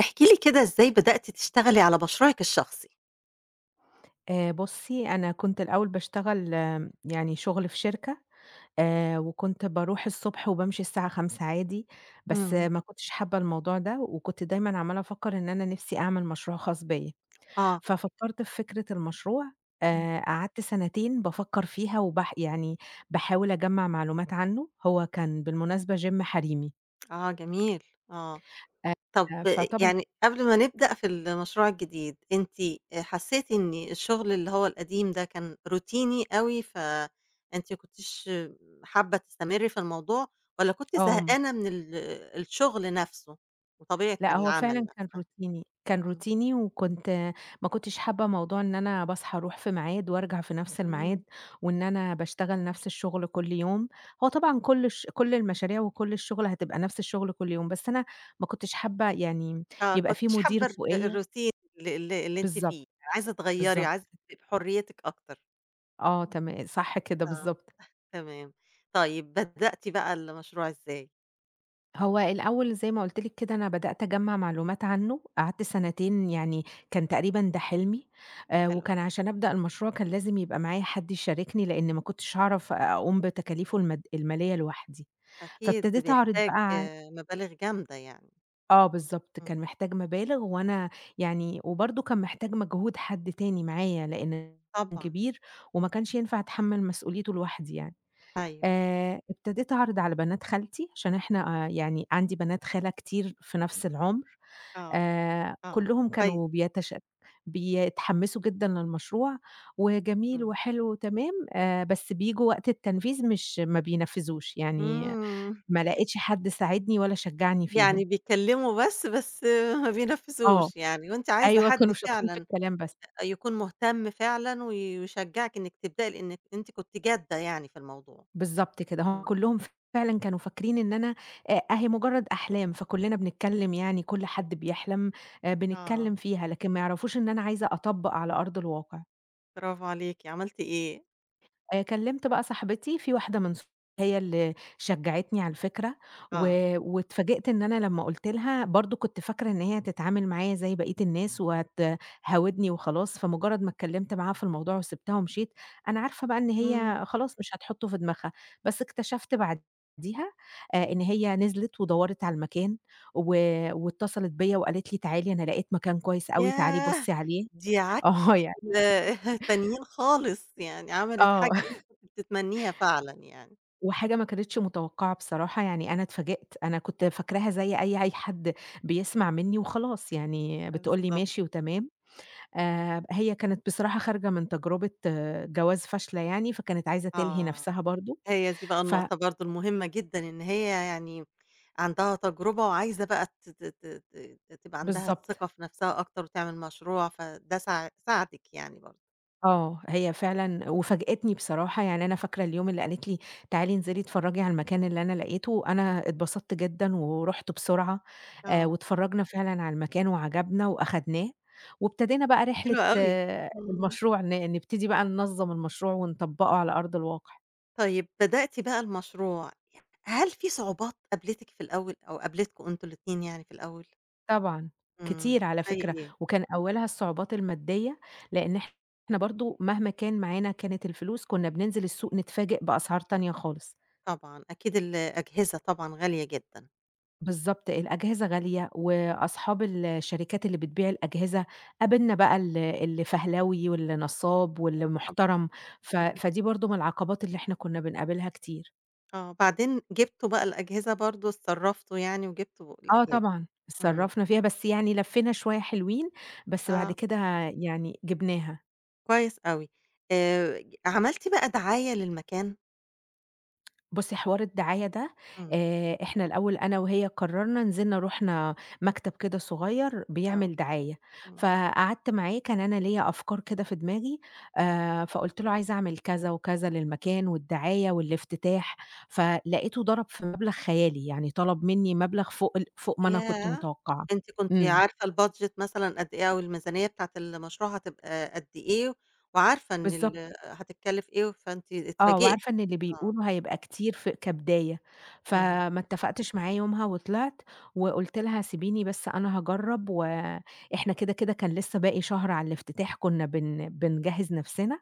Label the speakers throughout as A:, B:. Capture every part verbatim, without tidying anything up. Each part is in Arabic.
A: احكي لي كده إزاي بدأتِ تشتغلي على مشروعِك الشخصي؟
B: آآ بُصّي، أنا كنت الأول باشتغل آمم، يعني شُغل في شركة. آآ وكنت باروح الصبح وبامشي الساعة خمسة عادي، بس
A: إمم.
B: آه، ما كنتش حابة الموضوع ده وكنت دايمًا عمّالة أفكّر إن أنا نِفْسي أعمل مشروع خاص بيّا.
A: آه،
B: ففكّرت في فكرة المشروع.
A: إمم.
B: آآ قعدت سَنتين بافكّر فيها وباح يعني باحاول أجمّع معلومات عنّه، هو كان بالمناسبة gym حريمي.
A: آه جميل، آه. طب
B: آآ فطبعًا.
A: يعني قبل ما نبدأ في المشروع الجديد، أنتِ حسيتِ إن الشغل اللي هو القديم ده كان روتيني أوي، فأنتِ ما كنتيش حابة تستمري في الموضوع، والّا كنتِ
B: آه.
A: زهقانة من ال الشغل نفسه وطبيعة
B: لأ، هو
A: العمل
B: فعلًا كان
A: نفسها؟
B: روتيني، كان
A: إمم،
B: روتيني وكنت، ما كنتش حابة موضوع إن أنا باصحى أروح في ميعاد وارجع في نفس الميعاد،
A: إمم.
B: وإن أنا باشتغل نفس الشغل كل يوم. هو طبعًا كل الش كل المشاريع وكل الشغل هتبقى نفس الشغل كل يوم، بس أنا ما كنتش حابة يعني،
A: آه،
B: يبقى
A: كنتِ
B: في
A: مش
B: مدير
A: حابة ال
B: فوقيّا.
A: الروتين ال ال اللي أنتِ
B: بالضبط،
A: فيه، عايزة تغيّري،
B: بالضبط،
A: عايزة تبقي بحريتِك أكتر.
B: آه تما صح كده
A: آه،
B: بالضبط.
A: تمام. طيب بدأتِ بقى المشروع إزاي؟
B: هو الأول زي ما قُلت لِك كده أنا بدأت أجمّع معلومات عنه، قعدت سنتين يعني، كان تقريبًا ده حلمي. آآ
A: حلو
B: وكان
A: أوي.
B: عشان أبدأ المشروع كان لازم يبقى معايا حد يشاركني، لإن ما كنتش هاعرف أقوم بتكاليفه المد المالية لوحدي.
A: أكيد
B: فابتديت أعرض
A: بيحتاج
B: بقى ع
A: آآ مبالغ جامدة يعني.
B: آه بالضبط، كان
A: إمم،
B: محتاج مبالغ وأنا يعني، وبرضه كان محتاج مجهود حد تاني معايا، لإن كان
A: طبعًا.
B: كبير، وما
A: إمم،
B: كانش ينفع أتحمّل مسؤوليته لوحدي يعني.
A: أيوه.
B: آآ، ابتديت أعرض على بنات خالتي، عشان إحنا، آآ، يعني عندي بنات خالة كتير في نفس العُمر.
A: آه،
B: آآ،
A: آه،
B: كلّهم
A: كويس.
B: كانوا بيتش بيتحمّسوا جدًا للمشروع، وجميل
A: إمم.
B: وحلو وتمام. آآ، بس بييجوا وقت التنفيذ مش ما بينفّذوش، يعني
A: إمم،
B: ما لقيتش حد ساعدني ولا شجّعني فيهم.
A: يعني بيتكلموا بس، بس ما
B: آه،
A: بينفذوش يعني، وأنتِ عايزة
B: أيوه
A: حد
B: كانوا شاطرين في
A: فعلًا
B: الكلام بس.
A: يكون مهتم فعلًا وي ويشجعِك إنِك تبدئي، لإنِك أنتِ كنتِ جادة يعني في الموضوع.
B: بالضبط كده، هم
A: إمم،
B: كلّهم فعلًا كانوا فاكرين إن أنا، آآ أهي مجرّد أحلام، فكلّنا بنتكلّم يعني كل حد بيحلم، آآ
A: آه،
B: بنتكلّم فيها، لكن ما يعرفوش إن أنا عايزة أطبّق على أرض الواقع.
A: برافو عليكِ. عملتِ إيه؟
B: آآ كلّمت بقى صاحبتي، في واحدة من ص هي اللي شجّعتني على الفكرة، و،
A: آه،
B: واتفاجئت إن أنا لمّا قُلت لها، برضه كنت فاكرة إن هي هتتعامل معايا زي بقية الناس وهتهاودني وخلاص، فمجرّد ما اتكلّمت معاها في الموضوع وسِبتها ومشيت، أنا عارفة بقى إن
A: إمم،
B: هي خلاص مش هتحطّه في دماغها، بس اكتشفت بعديها آآ إن هي نزلت ودوّرت على المكان، و واتصلت بيّا وقالت لي تعالي أنا لقيت مكان كويس أوي تعالي
A: ياه!
B: بُصّي عليه.
A: دي ع
B: آه يعني.
A: آآ تانيين خالص، يعني عملت
B: آه.
A: حاجة أنتِ كنتِ بتتمنيها فعلًا يعني.
B: وحاجة ما كانتش متوقعة بصراحة، يعني أنا اتفاجأت، أنا كنت فاكراها زي أي أي حد بيسمع منّي وخلاص، يعني بتقول لي
A: بالضبط.
B: ماشي وتمام. آآ، هي كانت بصراحة خارجة من تجربة آه، جواز فاشلة يعني، فكانت عايزة تلهي
A: آه،
B: نفسها برضه.
A: هي دي بقى
B: ف
A: النقطة برضه المهمة جدًا، إن هي يعني عندها تجربة وعايزة بقى ت ت ت ت تبقى عندها
B: بالضبط.
A: الثقة في نفسها أكتر وتعمل مشروع، فده ساع ساعدِك يعني برضه.
B: آه، هي فعلًا وفاجأتني بصراحة، يعني أنا فاكرة اليوم اللي قالت لي تعالي انزلي اتفرجي على المكان اللي أنا لقيته، أنا اتبسطت جدًا ورُحت بسرعة. آآ،
A: آه.
B: واتفرجنا فعلًا على المكان وعجبنا وأخدناه، وابتدينا بقى رحلة
A: حلو أوي،
B: آه
A: إمم.
B: المشروع، ن نبتدي بقى ننظم المشروع ونطبقه على أرض الواقع.
A: طيب بدأتِ بقى المشروع، هل في صعوبات قابلتِك في الأول أو قابلتكم أنتم الاتنين يعني في الأول؟
B: طبعًا.
A: إمم،
B: كتير على
A: زي
B: فكرة،
A: إيه؟
B: وكان أولها الصعوبات المادية، لأن إحنا برضه مهما كان معانا كانت الفلوس كنا بننزل السوق نتفاجئ بأسعار تانية خالص.
A: طبعًا، أكيد الأجهزة طبعًا غالية جدًا.
B: بالضبط، الأجهزة غالية، وأصحاب الشركات اللي بتبيع الأجهزة قابلنا بقى ال اللي فهلاوي، واللي نصّاب، واللي
A: طبعًا.
B: محترم. ف
A: اهم.
B: فدي برضه من العقبات اللي إحنا كنا بنقابلها كتير.
A: آه، بعدين جبتوا بقى الأجهزة برضه، اتصرّفتوا يعني وجبتوا
B: آه
A: الأجهزة.
B: طبعًا،
A: إمم،
B: اتصرّفنا فيها، بس يعني لفّينا شوية حلوين، بس بعد
A: آه،
B: كده يعني جبناها.
A: كويس أوي. آآ، ج عملتِ بقى دعاية للمكان؟
B: بُصّي، حوار الدعاية ده،
A: إمم،
B: آآ، إحنا الأول أنا وهي قررنا، نزلنا رُحنا مكتب كده صغير
A: آه،
B: بيعمل دعاية،
A: إمم.
B: فقعدت معاه، كان أنا ليّا أفكار كده في دماغي. آآ، فقُلت له عايزة أعمل كذا وكذا للمكان والدعاية والافتتاح، فلقيته ضرب في مبلغ خيالي، يعني طلب منّي مبلغ فوق ال فوق ما أنا كنت
A: ياه!
B: متوقعة.
A: أنتِ كنتِ
B: إمم،
A: عارفة الbudget مثلًا قد إيه أو الميزانية بتاعة المشروع هتبقى قد إيه، وعارفة إن
B: بالضبط.
A: ال هتتكلف إيه، فأنتِ
B: آه،
A: اتفاجئتِ.
B: وعارفة إن اللي
A: آه،
B: بيقولوا هيبقى كتير ف كبداية،
A: اهم،
B: فما اتفقتش معاه يومها وطلعت، وقُلت لها سيبيني بس أنا هاجرّب وإحنا كده، كده كان لسه باقي شهر على الافتتاح، كنا بن بنجهّز نفسنا.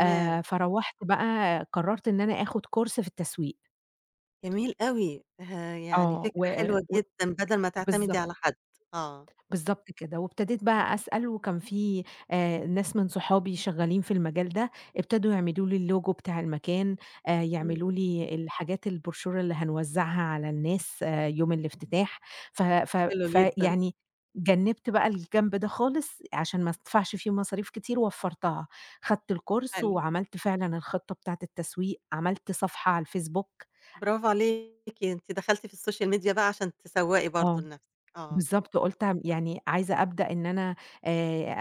B: آآ، فروّحت بقى قرّرت إن أنا آخُد course في التسويق.
A: جميل أوي، آآ، يعني
B: آه، و
A: فكرة حلوة
B: و
A: جدًا بدل ما تعتمدي
B: بالضبط.
A: على حد، آه،
B: بالضبط كده، وابتديت
A: إمم،
B: بقى أسأل، وكان في آآ ناس من صحابي شغالين في المجال ده، ابتدوا يعملوا لي الLogo بتاع المكان. آآ
A: إمم،
B: يعملوا لي الحاجات البروشورة اللي هنوزعها على الناس آه، يوم الافتتاح. ف ف
A: حلو جدًا،
B: فيعني جنبت بقى الجنب ده خالص عشان ما ادفعش فيه مصاريف كتير، وفّرتها، خدت الكورس
A: حلو،
B: وعملت فعلًا الخطة بتاعة التسويق، عملت صفحة على الفيسبوك.
A: برافو عليكِ، أنتِ دخلتِ في السوشيال ميديا بقى عشان تسوّقي برضه
B: آه.
A: لنفسِك، آه،
B: بالضبط، قُلت م
A: آه،
B: يعني عايزة أبدأ إن أنا، آآ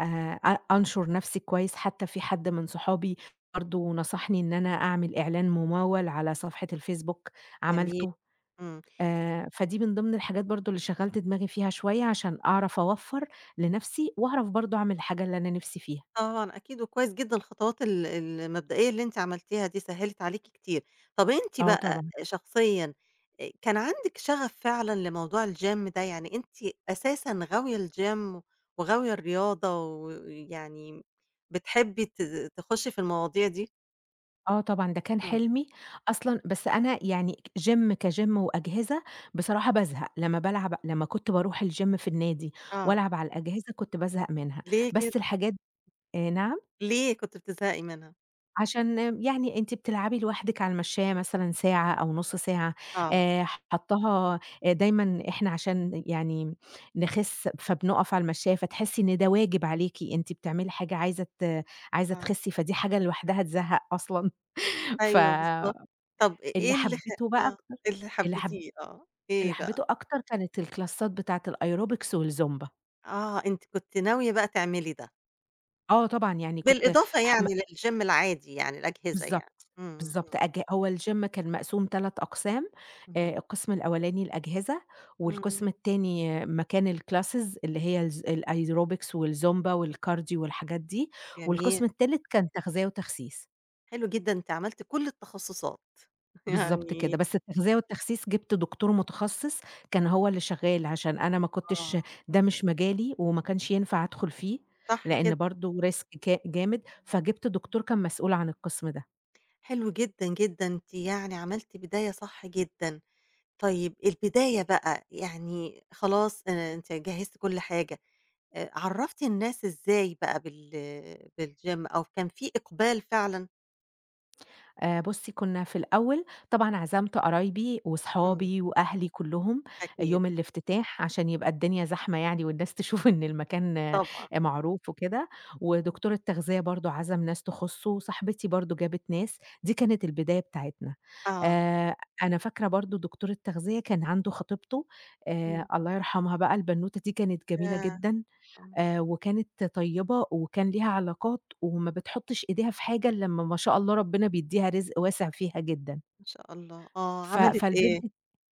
B: أ أنشُر نَفْسي كويس، حتى في حد من صحابي برضه نصحني إن أنا أعمل إعلان مموّل على صفحة الفيسبوك،
A: جميل،
B: عملته.
A: إمم.
B: آآ فدي من ضمن الحاجات برضه اللي شغّلت دماغي فيها شوية عشان أعرف أوفّر لنَفْسي، وأعرف برضه أعمل الحاجة اللي أنا نِفْسي فيها.
A: طبعًا أكيد، وكويس جدًا الخطوات ال المبدئية اللي أنتِ عملتيها دي سهّلت عليكِ كتير. طَب أنتِ
B: آه
A: بقى
B: طبعًا.
A: شخصيًا آآ كان عندِك شغف فعلًا لموضوع الgym ده؟ يعني أنتِ أساسًا غاوية الgym وغاوية الرياضة ويعني بتحبي ت تخُشّي في المواضيع دي؟
B: آه طبعًا، ده كان
A: إمم،
B: حلمي أصلًا، بس أنا يعني gym كgym وأجهزة بصراحة بازهق، لمّا بالعب، لمّا كنت باروح الgym في النادي
A: آه.
B: والعب على الأجهزة كنت بازهق منها.
A: ليه كده؟
B: بس الحاجات، آآ نعم؟
A: ليه كنتِ بتزهقي منها؟
B: عشان آه، يعني أنتِ بتلعبي لوحدِك على المشّاية مثلًا ساعة أو نُص ساعة،
A: آه،
B: آآ حاطّاها، آآ دايمًا إحنا عشان يعني نخِس، فبنُقف على المشّاية، فتحسّي إن ده واجب عليكِ، أنتِ بتعملي حاجة، عايزة ت عايزة
A: آه.
B: تخِسّي، فدي حاجة لوحدها تزهّق أصلًا. ف
A: أيوه بالضبط. طَب إ إيه
B: اللي
A: اللي خ
B: حبيته بقى
A: آه،
B: أكتر.
A: اللي
B: اللي حب
A: حبّيتيه آه.
B: اللي
A: إيه بقى؟
B: حبيته أكتر كانت الكلاسات بتاعة الأيروبكس والزومبا.
A: آه، أنتِ كنتِ ناوية بقى تعملي ده.
B: آه طبعًا، يعني كنت،
A: بالإضافة
B: ح م
A: يعني للGym العادي يعني الأجهزة يعني،
B: بالضبط.
A: إمم،
B: بالضبط
A: إمم،
B: أج هو الgym كان مقسوم ثلاث أقسام.
A: اهم،
B: آآ القسم الأولاني الأجهزة،
A: إمم،
B: والقسم التاني مكان الclasses اللي هي الز الأيروبكس والزومبا والكارديو والحاجات دي، والقسم
A: جميل،
B: التالت كان تغذية وتخسيس.
A: حلو جدًا أنت عملت كل التخصصات
B: بالضبط كده،
A: يعني
B: بس التغذية والتخسيس جِبت دكتور متخصص كان هو اللي شغال، عشان أنا ما كنتش،
A: آه،
B: ده مش مجالي وما كانش ينفع أدخل فيه،
A: صح
B: لإن
A: كده،
B: برضه risk ك جامد، فجِبت دكتور كان مسؤول عن القسم ده.
A: حلو جدًا، جدًا، أنتِ يعني عملتِ بداية صح جدًا، طيب البداية بقى يعني خلاص آآ أنتِ جهّزتِ كل حاجة، آآ عرّفتِ الناس إزاي بقى بال بالGym أو كان في إقبال فعلًا؟
B: آآ بُصّي، كُنّا في الأول طبعًا عزمت قرايبي
A: إمم،
B: وصحابي وأهلي كلّهم
A: أكيد،
B: يوم الافتتاح، عشان يبقى الدنيا زحمة يعني، والناس تشوف إن المكان آآ
A: طبعًا،
B: معروف وكده. ودكتور التغذية برضه عزم ناس تخُصّه، وصاحبتي برضه جابت ناس، دي كانت البداية بتاعتنا.
A: آه،
B: آآ أنا فاكرة برضه دكتور التغذية كان عنده خطيبته، آآ
A: إمم،
B: الله يرحمها بقى، البنوتة دي كانت جميلة
A: ياه!
B: جدًا. آآ وكانت طيبة وكان ليها علاقات، وما بتحطّش إيديها في حاجة إلّا أمّا ما شاء الله ربنا بيدّيها رزق واسع فيها جدًا.
A: ما شاء الله، آه،
B: ف
A: عملِت
B: فالبنت
A: إيه؟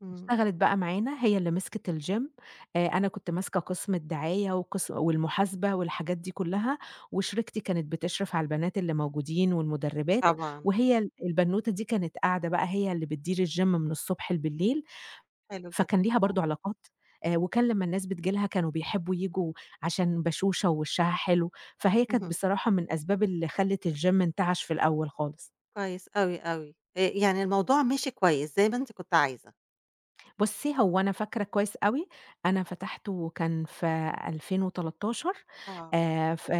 A: إمم،
B: اشتغلت بقى معانا، هي اللي مسكت الgym. آآ أنا كنت ماسكة قسم الدعاية وقس والمحاسبة والحاجات دي كلّها، وشريكتي كانت بتشرف على البنات اللي موجودين والمُدرّبات،
A: طبعًا،
B: وهي ال البنوتة دي كانت قاعدة بقى، هي اللي بتدير الgym من الصبح لبليل.
A: حلو جدًا،
B: فكان ليها
A: آه،
B: برضه علاقات. آآ وكان لمّا الناس بتيجي لها كانوا بيحبوا ييجوا عشان بشوشة ووشها حلو، فهي كانت
A: اهم،
B: بصراحة من أسباب اللي خلّت الgym انتعش في الأول خالص.
A: كويس أوي، أوي، آآ، يعني الموضوع مشي كويس زي ما أنتِ كنتِ عايزة،
B: بُصّي، هو أنا فاكرة كويس أوي، أنا فتحته كان في ألفين وثلاثة عشر.
A: آه،
B: آآ ف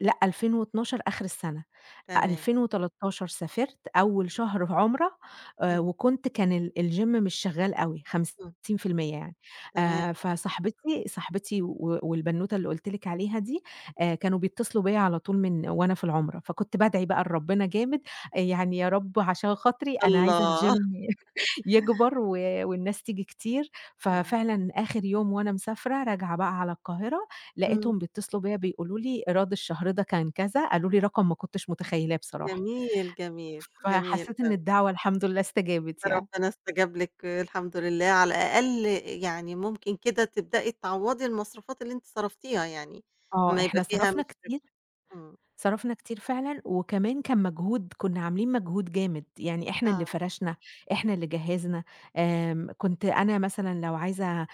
B: لأ، ألفين واتناشر آخر السنة.
A: تمام،
B: ألفين وتلتاشر سافرت أول شهر عُمرة. آآ
A: إمم،
B: وكنت، كان ال الgym مش شغّال أوي
A: إمم،
B: خمسين في المية يعني.
A: تمام،
B: آآ فصاحبتي صاحبتي و والبنوتة اللي قُلت لِك عليها دي، آآ كانوا بيتصلوا بيّا على طول من وأنا في العُمرة، فكنت بادعي بقى لربنا جامد، يعني يا رب عشان خاطري أنا عايزة
A: الله!
B: الgym يكبر، و والناس تيجي كتير.
A: إمم،
B: ففعلًا آخر يوم وأنا مسافرة راجعة بقى على القاهرة،
A: إمم،
B: لقيتهم بيتصلوا بيّا بيقولوا لي إيراد الشهر ده كان كذا، قالوا لي رقم ما كنتش متخيلاه بصراحة.
A: جميل، جميل، جميل
B: فحسيت إن
A: أوي،
B: الدعوة الحمد لله استجابت يعني.
A: فربنا استجاب لِك الحمد لله، على الأقل يعني ممكن كده تبدئي تعوّضي المصروفات اللي أنتِ صرفتيها يعني،
B: آه،
A: أمّا يبقى
B: إحنا
A: فيها
B: صرفنا
A: مش
B: كتير،
A: إمم،
B: صرفنا كتير فعلًا، وكمان كان مجهود، كنا عاملين مجهود جامد، يعني إحنا اللي
A: آه،
B: فرشنا، إحنا اللي جهّزنا. آمم، كنت أنا مثلًا لو عايزة، آآ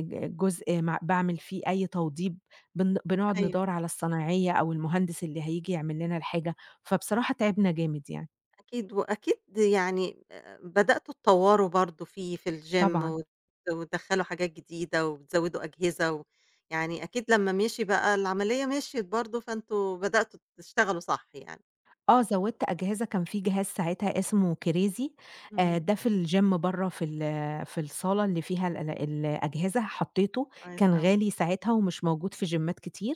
B: ج جزء مع باعمل فيه أي توضيب، بن بنقعد
A: أيوه.
B: ندوّر على الصنايعية أو المهندس اللي هييجي يعمل لنا الحاجة، فبصراحة تعبنا جامد يعني.
A: أكيد، وأكيد يعني آآ بدأتوا تطوّروا برضه فيه في الgym
B: طبعًا.
A: وت وتدخّلوا حاجات جديدة وبتزوّدوا أجهزة و يعني أكيد لمّا مشي بقى العملية مشيت برضه، فأنتم بدأتوا تشتغلوا صح يعني.
B: آه، زوّدت أجهزة، كان في جهاز ساعتها اسمه Crazy. آآ،
A: اهم،
B: ده في الgym برّه في ال في الصالة اللي فيها ال الأجهزة حطّيته،
A: كويس
B: كان
A: أوي،
B: غالي ساعتها ومش موجود في جيمات كتير.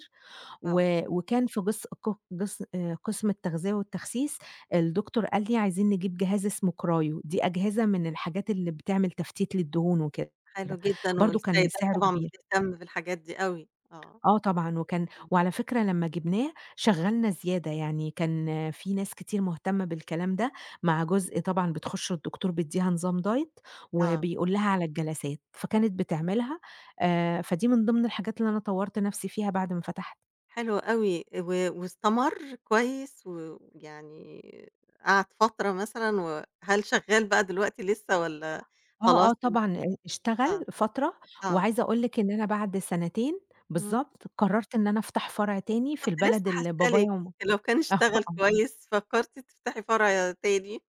A: آه،
B: و وكان في جص ق جص آآ، قسم التغذية والتخسيس الدكتور قال لي: "عايزين نجيب جهاز اسمه Cryo". دي أجهزة من الحاجات اللي بتعمل تفتيت للدهون وكده،
A: حلو جدًا
B: برضه كان
A: والسيدات
B: سعره
A: طبعًا
B: كبير.
A: بتهتم بالحاجات دي أوي، آه،
B: آه طبعًا، وكان
A: إمم.
B: وعلى فكرة لمّا جِبناه شغّلنا زيادة، يعني كان في ناس كتير مهتمة بالكلام ده، مع جزء طبعًا بتخُش الدكتور بيدّيها نظام diet
A: آه،
B: وبيقول لها على الجلسات، فكانت بتعملها. آآ فدي من ضمن الحاجات اللي أنا طوّرت نَفْسي فيها بعد ما فتحت.
A: حلو أوي و واستمر كويس و ويعني قعد فترة مثلًا وهل شغّال بقى دلوقتي لسه والّا
B: آه،
A: خلاص
B: آه
A: ال
B: طبعًا. آآ اشتغل
A: آه.
B: فترة،
A: آه،
B: وعايزة أقول لِك إن أنا بعد سنتين
A: إمم،
B: بالضبط قرّرت إن أنا أفتح فرع تاني في
A: كنت لسه
B: البلد اللي
A: هاسألِك
B: بابايا وم
A: لو كان اشتغل
B: آه.
A: كويس فكرتِ تفتحي فرع تاني؟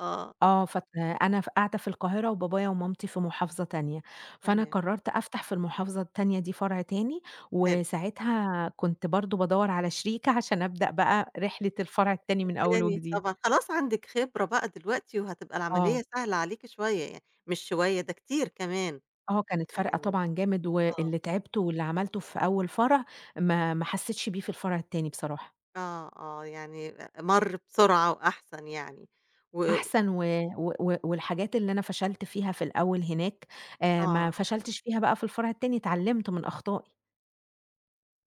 A: آه،
B: آه، فت أنا ف قاعدة في القاهرة، وبابايا ومامتي في محافظة تانية، فأنا
A: تمام،
B: قرّرت أفتح في المحافظة التانية دي فرع تاني،
A: حلو،
B: وساعتها كنت برضه بادوّر على شريكة عشان أبدأ بقى رحلة الفرع التاني من أول
A: تاني
B: وجديد.
A: طبعًا خلاص عندِك خبرة بقى دلوقتي وهتبقى
B: آه،
A: العملية سهلة عليكِ شوية يعني، مش شوية ده كتير كمان،
B: آه، كانت فارقة
A: يعني
B: طبعًا جامد،
A: آه،
B: واللي تعبته واللي عملته في أول فرع ما ما حسيتش بيه في الفرع التاني بصراحة.
A: آه، آه، يعني مَر بسرعة وأحسن يعني و
B: أحسن، و و و والحاجات اللي أنا فشلت فيها في الأول هناك، آآ، ما
A: آه.
B: فشلتش فيها بقى في الفرع التاني، اتعلمت من أخطائي.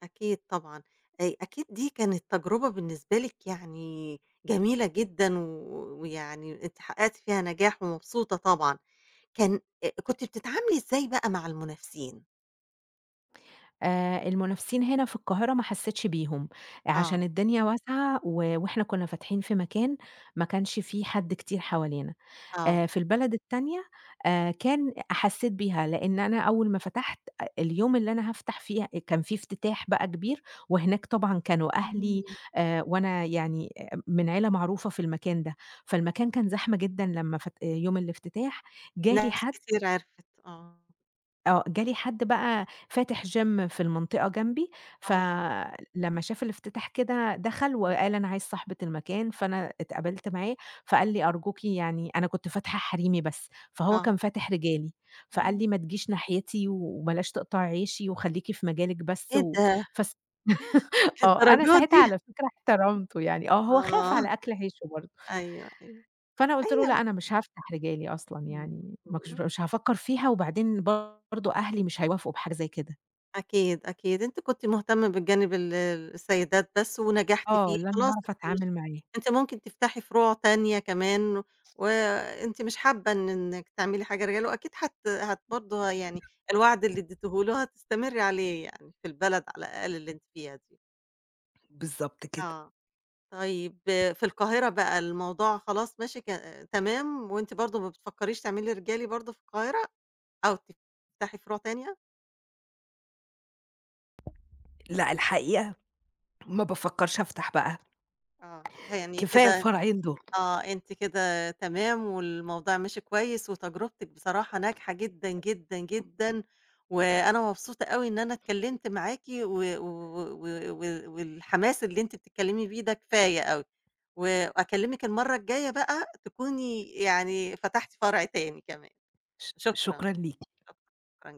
A: أكيد طبعًا، آآ أكيد دي كانت تجربة بالنسبة لِك يعني جميلة جدًا، و ويعني أنتِ حققتِ فيها نجاح ومبسوطة طبعًا، كان آآ كنتِ بتتعاملي إزاي بقى مع المنافسين؟
B: آآ المنافسين هنا في القاهرة ما حسّيتش بيهم،
A: آه.
B: عشان الدنيا واسعة، و وإحنا كُنّا فاتحين في مكان ما كانش فيه حد كتير حوالينا.
A: آه.
B: آآ في البلد التانية آآ كان، حسّيت بيها، لإن أنا أول ما فتحت أ اليوم اللي أنا هافتح فيه كان في افتتاح بقى كبير، وهناك طبعًا كانوا أهلي.
A: إمم.
B: آآ وأنا يعني أ من عيلة معروفة في المكان ده، فالمكان كان زحمة جدًا لمّا فت يوم الافتتاح، جالي
A: ناس
B: حد.
A: كتير عرفت، آه.
B: آه، جالي حد بقى فاتح gym في المنطقة جنبي،
A: آه.
B: فلمّا شاف الافتتاح كده دخل وقال: "أنا عايز صاحبة المكان." فأنا اتقابلت معاه، فقال لي: "أرجوكِ يعني" أنا كنت فاتحة حريمي بس، فهو
A: آه.
B: كان فاتح رجالي، فقال
A: إمم.
B: لي: "ما تجيش ناحيتي وبلاش تقطعي عيشي وخليكِ في مجالِك بس."
A: إيه
B: و
A: ده!
B: فس آه، أنا
A: للدرجة
B: ساعتها
A: دي!
B: على فكرة احترمته يعني، آه، هو خاف
A: آه.
B: على أكل عيشه برضه.
A: آه، أيوه، أيوه،
B: فأنا قُلت له: "لأ،
A: أيوه.
B: أنا مش هافتح رجالي أصلًا
A: إمم.
B: يعني، ما كنتش،
A: إمم.
B: مش هافكّر فيها، وبعدين برضه أهلي مش هيوافقوا بحاجة زي كده."
A: أكيد، أكيد. أنتِ كنتِ مهتمة بالجانب ال السيدات بس ونجحتِ
B: آه،
A: فيه،
B: اللي أنا
A: خلاص
B: هاعرف
A: أنتِ مش
B: أتعامل معاه.
A: أنتِ ممكن تفتحي فروع تانية كمان، وأنتِ مش حابة إن إنِّك تعملي حاجة رجالي، وأكيد هت هت برضه يعني الوعد اللي اديتيه له هتستمري عليه يعني في البلد على الأقل اللي أنتِ فيها دي.
B: بالضبط كده.
A: آه. طيب في القاهرة بقى الموضوع خلاص ماشي ك تمام وأنتِ برضه ما بتفكّريش تعملي رجالي برضه في القاهرة أو تفتحي فروع تانية؟
B: لأ، الحقيقة ما بافكّرش أفتح بقى،
A: آه. يعني
B: كفاية
A: كده
B: الفرعين دول.
A: آه، أنتِ كده تمام، والموضوع مشي كويس، وتجربتِك بصراحة ناجحة جدًا، جدًا، جدًا، وأنا مبسوطة أوي إن أنا اتكلمت معاكِ و و و و والحماس اللي أنتِ بتتكلمي بيه ده كفاية أوي، وأكلمِك المرة الجاية بقى تكوني يعني فتحتِ فرع تاني كمان،
B: ش
A: شكرًا،
B: شكرًا ليكِ.
A: شكرًا